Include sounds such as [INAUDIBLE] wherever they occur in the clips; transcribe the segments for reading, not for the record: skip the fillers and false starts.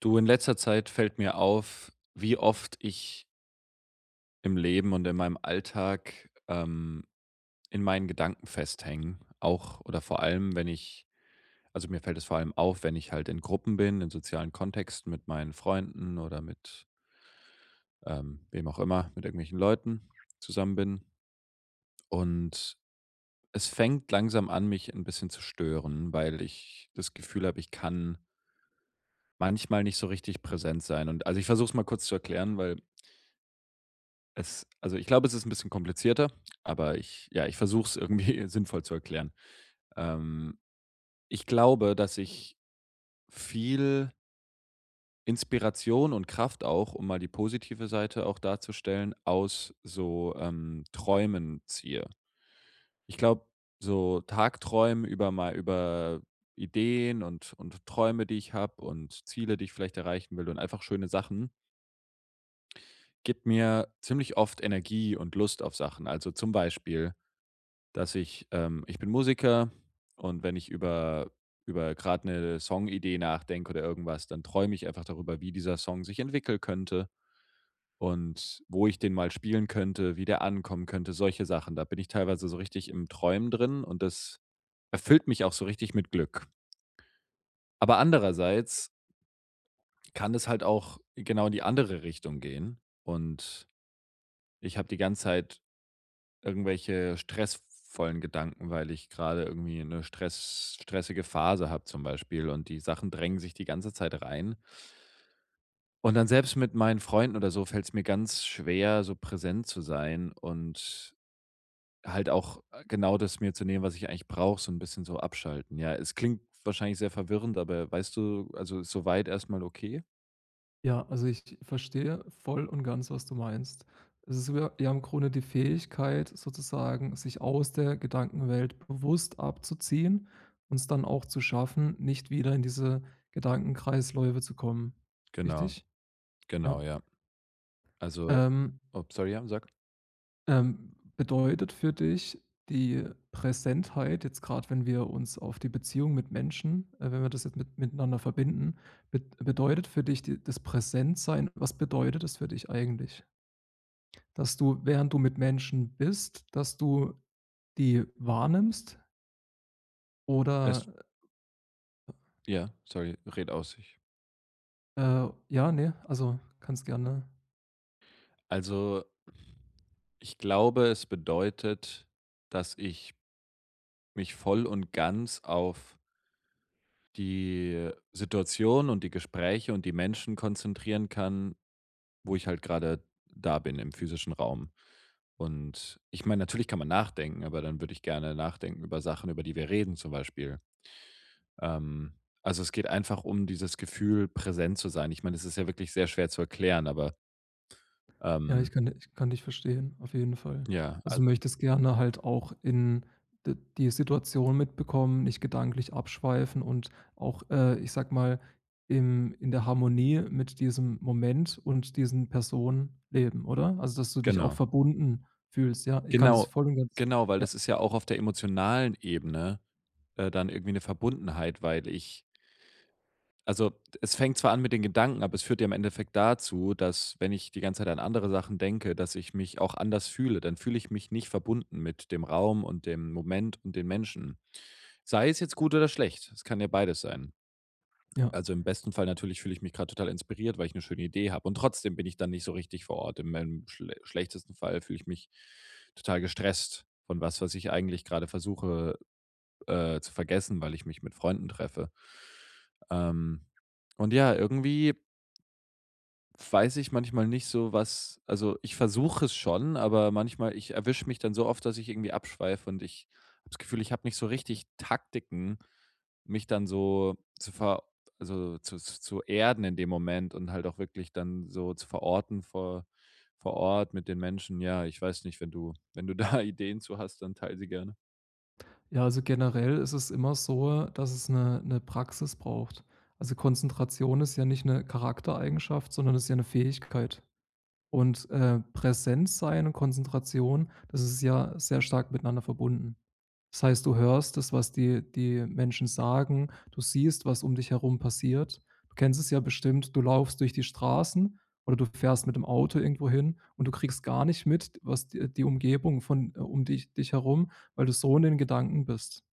Du, in letzter Zeit fällt mir auf, wie oft ich im Leben und in meinem Alltag in meinen Gedanken festhänge. Auch oder vor allem, wenn ich also, mir fällt es vor allem auf, wenn ich halt in Gruppen bin, in sozialen Kontexten mit meinen Freunden oder mit, wem auch immer, mit irgendwelchen Leuten zusammen bin. Und es fängt langsam an, mich ein bisschen zu stören, weil ich das Gefühl habe, ich kann manchmal nicht so richtig präsent sein. Und also, ich versuche es mal kurz zu erklären, weil es also, ich glaube, es ist ein bisschen komplizierter, aber ich ja, ich versuche es irgendwie [LAUGHS] sinnvoll zu erklären. Ähm, Ich glaube, dass ich viel Inspiration und Kraft auch, um mal die positive Seite auch darzustellen, aus so Träumen ziehe. Ich glaube, so Tagträumen über mal über Ideen und Träume, die ich habe und Ziele, die ich vielleicht erreichen will und einfach schöne Sachen, gibt mir ziemlich oft Energie und Lust auf Sachen. Also, zum Beispiel dass ich ich bin Musiker und wenn ich über über gerade eine Songidee nachdenke oder irgendwas, dann träume ich einfach darüber, wie dieser Song sich entwickeln könnte und wo ich den mal spielen könnte, wie der ankommen könnte, solche Sachen. Da bin ich teilweise so richtig im Träumen drin und das erfüllt mich auch so richtig mit Glück. Aber andererseits kann es halt auch genau in die andere Richtung gehen und ich habe die ganze Zeit irgendwelche stressvollen Gedanken, weil ich gerade irgendwie eine Stress stressige Phase habe zum Beispiel und die Sachen drängen sich die ganze Zeit rein. Und dann selbst mit meinen Freunden oder so fällt es mir ganz schwer, so präsent zu sein und halt auch genau das mir zu nehmen, was ich eigentlich brauche, so ein bisschen so abschalten. Ja, es klingt wahrscheinlich sehr verwirrend, aber weißt du also, ist so weit okay? Ja, also ich verstehe voll und ganz, was du meinst. Es ist ja im Grunde die Fähigkeit, sozusagen sich aus der Gedankenwelt bewusst abzuziehen und es dann auch zu schaffen, nicht wieder in diese Gedankenkreisläufe zu kommen. Genau, Richtig? Ja. genau, ja. Also Ähm, oh, sorry, ja, sag. Bedeutet für dich die Präsentheit, jetzt gerade wenn wir uns auf die Beziehung mit Menschen, wenn wir das jetzt miteinander verbinden, bet bedeutet für dich das Präsentsein, was bedeutet es für dich eigentlich? Dass du, während du mit Menschen bist, dass du die wahrnimmst oder, Es ja, sorry, red aus. Ich ja, ne, also, kannst gerne also, ich glaube, es bedeutet, dass ich mich voll und ganz auf die Situation und die Gespräche und die Menschen konzentrieren kann, wo ich halt gerade da bin im physischen Raum. Und ich meine, natürlich kann man nachdenken, aber dann würde ich gerne nachdenken über Sachen, über die wir reden zum Beispiel. Ähm, also, es geht einfach um dieses Gefühl, präsent zu sein. Ich meine, es ist ja wirklich sehr schwer zu erklären, aber, ja, ich ähm, kann ich kann dich verstehen, auf jeden Fall. ja, Also, du also möchtest gerne halt auch in d die Situation mitbekommen, nicht gedanklich abschweifen und auch, ich sag mal, im in der Harmonie mit diesem Moment und diesen Personen leben, oder? Also, dass du dich auch genau. verbunden fühlst, ja? Ich kann das Genau, voll und ganz genau, weil ja, das ist ja auch auf der emotionalen Ebene, dann irgendwie eine Verbundenheit, weil ich also, es fängt zwar an mit den Gedanken, aber es führt ja im Endeffekt dazu, dass, wenn ich die ganze Zeit an andere Sachen denke, dass ich mich auch anders fühle. Dann fühle ich mich nicht verbunden mit dem Raum und dem Moment und den Menschen. Sei es jetzt gut oder schlecht, es kann ja beides sein. ja. Also, im besten Fall natürlich fühle ich mich gerade total inspiriert, weil ich eine schöne Idee habe und trotzdem bin ich dann nicht so richtig vor Ort. In meinem schle schlechtesten Fall fühle ich mich total gestresst von was, was ich eigentlich gerade versuche, zu vergessen, weil ich mich mit Freunden treffe. Ähm, und ja, irgendwie weiß ich manchmal nicht so, was also, ich versuche es schon, aber manchmal ich erwische mich dann so oft, dass ich irgendwie abschweife und ich habe das Gefühl, ich habe nicht so richtig Taktiken, mich dann so zu ver also, zu zu erden in dem Moment und halt auch wirklich dann so zu verorten vor vor Ort mit den Menschen. Ja, ich weiß nicht, wenn du wenn du da [LAUGHS] Ideen zu hast, dann teile sie gerne. Ja, also generell ist es immer so, dass es eine Praxis braucht. Also, Konzentration ist ja nicht eine Charaktereigenschaft, sondern ist ja eine Fähigkeit. Und, Präsenz sein und Konzentration, das ist ja sehr stark miteinander verbunden. Das heißt, du hörst das, was die Menschen sagen, du siehst, was um dich herum passiert. Du kennst es ja bestimmt, du laufst durch die Straßen oder du fährst mit dem Auto irgendwo hin und du kriegst gar nicht mit, was d die Umgebung von um dich herum, weil du so in den Gedanken bist.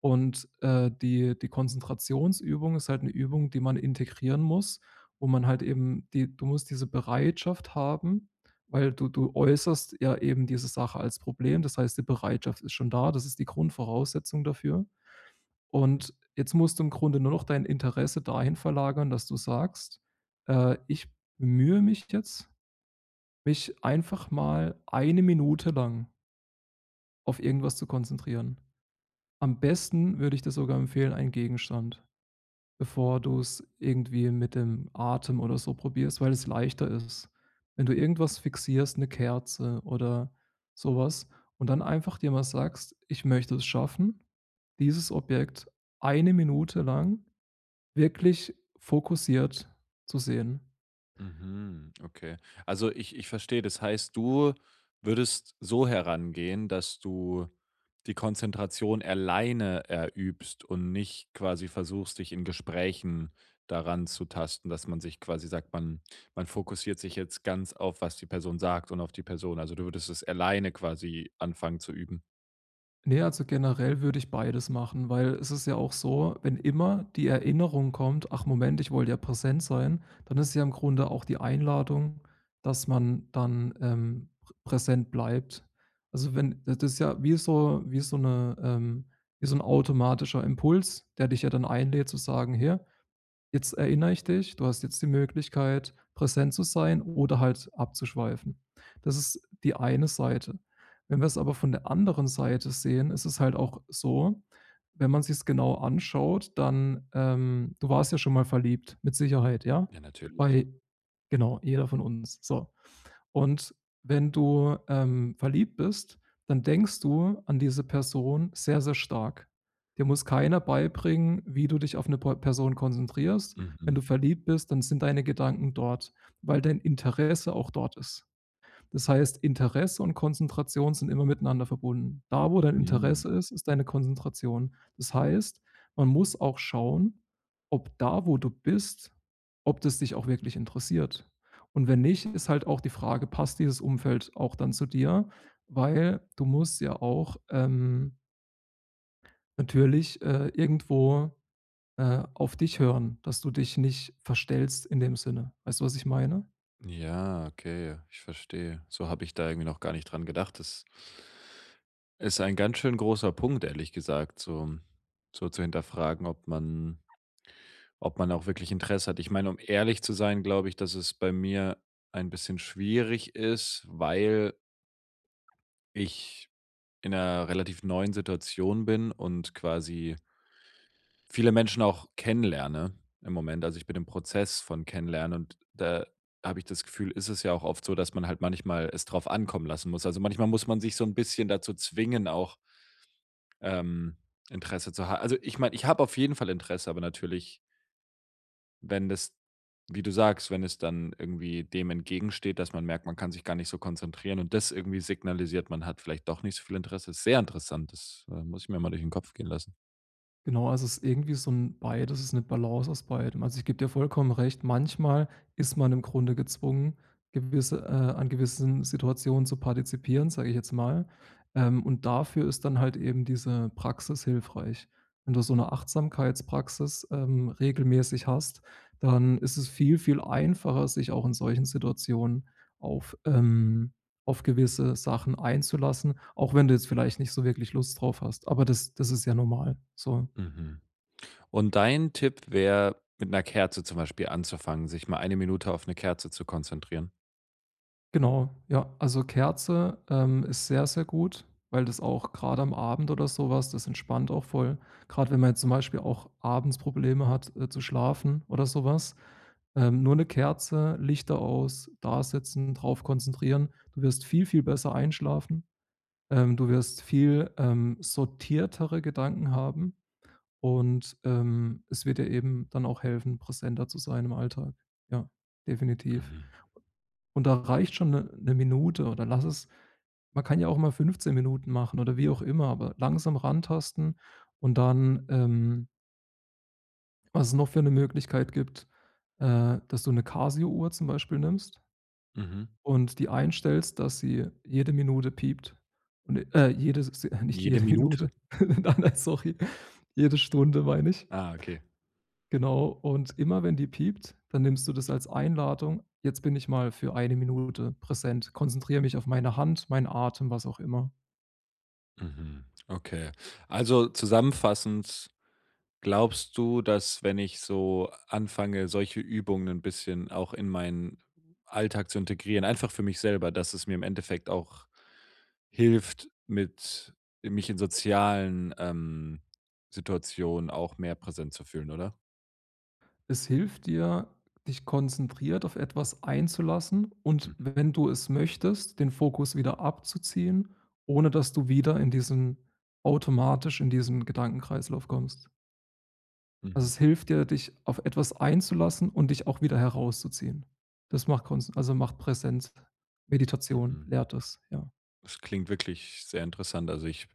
Und, die Konzentrationsübung ist halt eine Übung, die man integrieren muss, wo man halt eben die du musst diese Bereitschaft haben, weil du äußerst ja eben diese Sache als Problem. Das heißt, die Bereitschaft ist schon da, das ist die Grundvoraussetzung dafür. Und jetzt musst du im Grunde nur noch dein Interesse dahin verlagern, dass du sagst: „Ich bemühe mich jetzt, mich einfach mal eine Minute lang auf irgendwas zu konzentrieren.“ Am besten würde ich dir sogar empfehlen, einen Gegenstand, bevor du es irgendwie mit dem Atem oder so probierst, weil es leichter ist. Wenn du irgendwas fixierst, eine Kerze oder sowas, und dann einfach dir mal sagst: „Ich möchte es schaffen, dieses Objekt eine Minute lang wirklich fokussiert zu sehen.“ Mhm, okay. Also ich verstehe, das heißt, du würdest so herangehen, dass du die Konzentration alleine erübst und nicht quasi versuchst, dich in Gesprächen daran zu tasten, dass man sich quasi sagt, man fokussiert sich jetzt ganz auf, was die Person sagt und auf die Person. Also du würdest es alleine quasi anfangen zu üben. Nee, also generell würde ich beides machen, weil es ist ja auch so, wenn immer die Erinnerung kommt: „Ach Moment, ich wollte ja präsent sein“, dann ist ja im Grunde auch die Einladung, dass man dann, präsent bleibt. Also, wenn das ist ja wie so eine wie so ein automatischer Impuls, der dich ja dann einlädt zu sagen: „Hier, jetzt erinnere ich dich, du hast jetzt die Möglichkeit, präsent zu sein oder halt abzuschweifen. Das ist die eine Seite. Wenn wir es aber von der anderen Seite sehen, ist es halt auch so, wenn man sich es genau anschaut, dann, du warst ja schon mal verliebt, mit Sicherheit, ja? Ja, natürlich. Bei genau, jeder von uns, so. Und wenn du, verliebt bist, dann denkst du an diese Person sehr, sehr stark. Dir muss keiner beibringen, wie du dich auf eine Pe Person konzentrierst. Wenn Mhm. du verliebt bist, dann sind deine Gedanken dort, weil dein Interesse auch dort ist. Das heißt, Interesse und Konzentration sind immer miteinander verbunden. Da, wo dein Mhm. Interesse ist, ist deine Konzentration. Das heißt, man muss auch schauen, ob da, wo du bist, ob das dich auch wirklich interessiert. Und wenn nicht, ist halt auch die Frage, passt dieses Umfeld auch dann zu dir? Weil du musst ja auch, natürlich, irgendwo, auf dich hören, dass du dich nicht verstellst in dem Sinne. Weißt du, was ich meine? Ja, okay, ich verstehe. So habe ich da irgendwie noch gar nicht dran gedacht. Das ist ein ganz schön großer Punkt, ehrlich gesagt, so, so zu hinterfragen, ob man auch wirklich Interesse hat. Ich meine, um ehrlich zu sein, glaube ich, dass es bei mir ein bisschen schwierig ist, weil ich in einer relativ neuen Situation bin und quasi viele Menschen auch kennenlerne im Moment. Also, ich bin im Prozess von Kennenlernen und da habe ich das Gefühl, ist es ja auch oft so, dass man halt manchmal es drauf ankommen lassen muss. Also, manchmal muss man sich so ein bisschen dazu zwingen, auch, ähm, Interesse zu haben. Also, ich meine, ich habe auf jeden Fall Interesse, aber natürlich, wenn das wie du sagst, wenn es dann irgendwie dem entgegensteht, dass man merkt, man kann sich gar nicht so konzentrieren und das irgendwie signalisiert, man hat vielleicht doch nicht so viel Interesse, ist sehr interessant. Das muss ich mir mal durch den Kopf gehen lassen. Genau, also es ist irgendwie so 'n beides, es ist eine Balance aus beidem. Also, ich gebe dir vollkommen recht, manchmal ist man im Grunde gezwungen, gewisse an gewissen Situationen zu partizipieren, sage ich jetzt mal. Und dafür ist dann halt eben diese Praxis hilfreich. Wenn du so eine Achtsamkeitspraxis, regelmäßig hast, dann ist es viel, viel einfacher, sich auch in solchen Situationen auf ähm, auf gewisse Sachen einzulassen, auch wenn du jetzt vielleicht nicht so wirklich Lust drauf hast. Aber das ist ja normal, so. Mhm. Und dein Tipp wäre, mit einer Kerze zum Beispiel anzufangen, sich mal eine Minute auf eine Kerze zu konzentrieren? Genau, ja. Also Kerze, ist sehr, sehr gut, weil das auch gerade am Abend oder sowas das entspannt auch voll. Gerade wenn man jetzt zum Beispiel auch abends Probleme hat, zu schlafen oder sowas. Nur eine Kerze, Lichter aus, da sitzen, drauf konzentrieren. Du wirst viel, viel besser einschlafen. Du wirst viel, sortiertere Gedanken haben und, es wird dir eben dann auch helfen, präsenter zu sein im Alltag. Ja, definitiv. Mhm. Und da reicht schon eine 'ne Minute, oder lass es, man kann ja auch mal 15 Minuten machen oder wie auch immer, aber langsam rantasten und dann, was es noch für eine Möglichkeit gibt, dass du eine Casio-Uhr zum Beispiel nimmst Mhm. und die einstellst, dass sie jede Minute piept und, jede s [LAUGHS] nicht Jede jede Minute? Minute, [LAUGHS] nein, nein, sorry, jede Stunde meine ich. Ah, okay. Genau, und immer wenn die piept, dann nimmst du das als Einladung: „Jetzt bin ich mal für eine Minute präsent, konzentriere mich auf meine Hand, meinen Atem“, was auch immer. Mhm. Okay. Also, zusammenfassend glaubst du, dass wenn ich so anfange, solche Übungen ein bisschen auch in meinen Alltag zu integrieren, einfach für mich selber, dass es mir im Endeffekt auch hilft, mit mich in sozialen Situationen auch mehr präsent zu fühlen, oder? Es hilft dir, dich konzentriert auf etwas einzulassen und Mhm. wenn du es möchtest, den Fokus wieder abzuziehen, ohne dass du wieder in diesen automatisch in diesen Gedankenkreislauf kommst. Also, Mhm. es hilft dir, dich auf etwas einzulassen und dich auch wieder herauszuziehen. Das macht konz also, macht Präsenz. Meditation Mhm. lehrt das, ja. Das klingt wirklich sehr interessant. Also, ich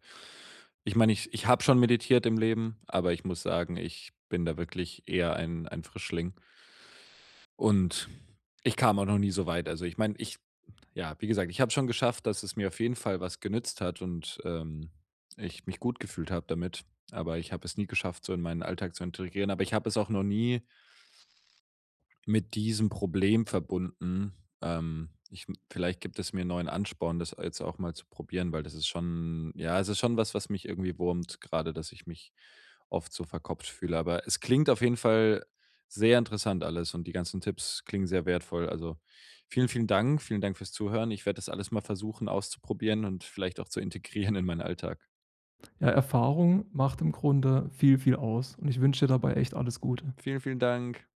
ich meine, ich ich habe schon meditiert im Leben, aber ich muss sagen, ich bin da wirklich eher ein Frischling und ich kam auch noch nie so weit. Also, ich meine, ich ja, wie gesagt, ich habe schon geschafft, dass es mir auf jeden Fall was genützt hat und ich mich gut gefühlt habe damit, aber ich habe es nie geschafft, so in meinen Alltag zu integrieren, aber ich habe es auch noch nie mit diesem Problem verbunden. Ich, vielleicht gibt es mir 'n neuen Ansporn, das jetzt auch mal zu probieren, weil das ist schon ja, es ist schon was, was mich irgendwie wurmt, gerade, dass ich mich oft so verkopft fühle. Aber es klingt auf jeden Fall sehr interessant alles und die ganzen Tipps klingen sehr wertvoll. Also, vielen, vielen Dank. Vielen Dank fürs Zuhören. Ich werde das alles mal versuchen auszuprobieren und vielleicht auch zu integrieren in meinen Alltag. Ja, Erfahrung macht im Grunde viel, viel aus und ich wünsche dir dabei echt alles Gute. Vielen, vielen Dank.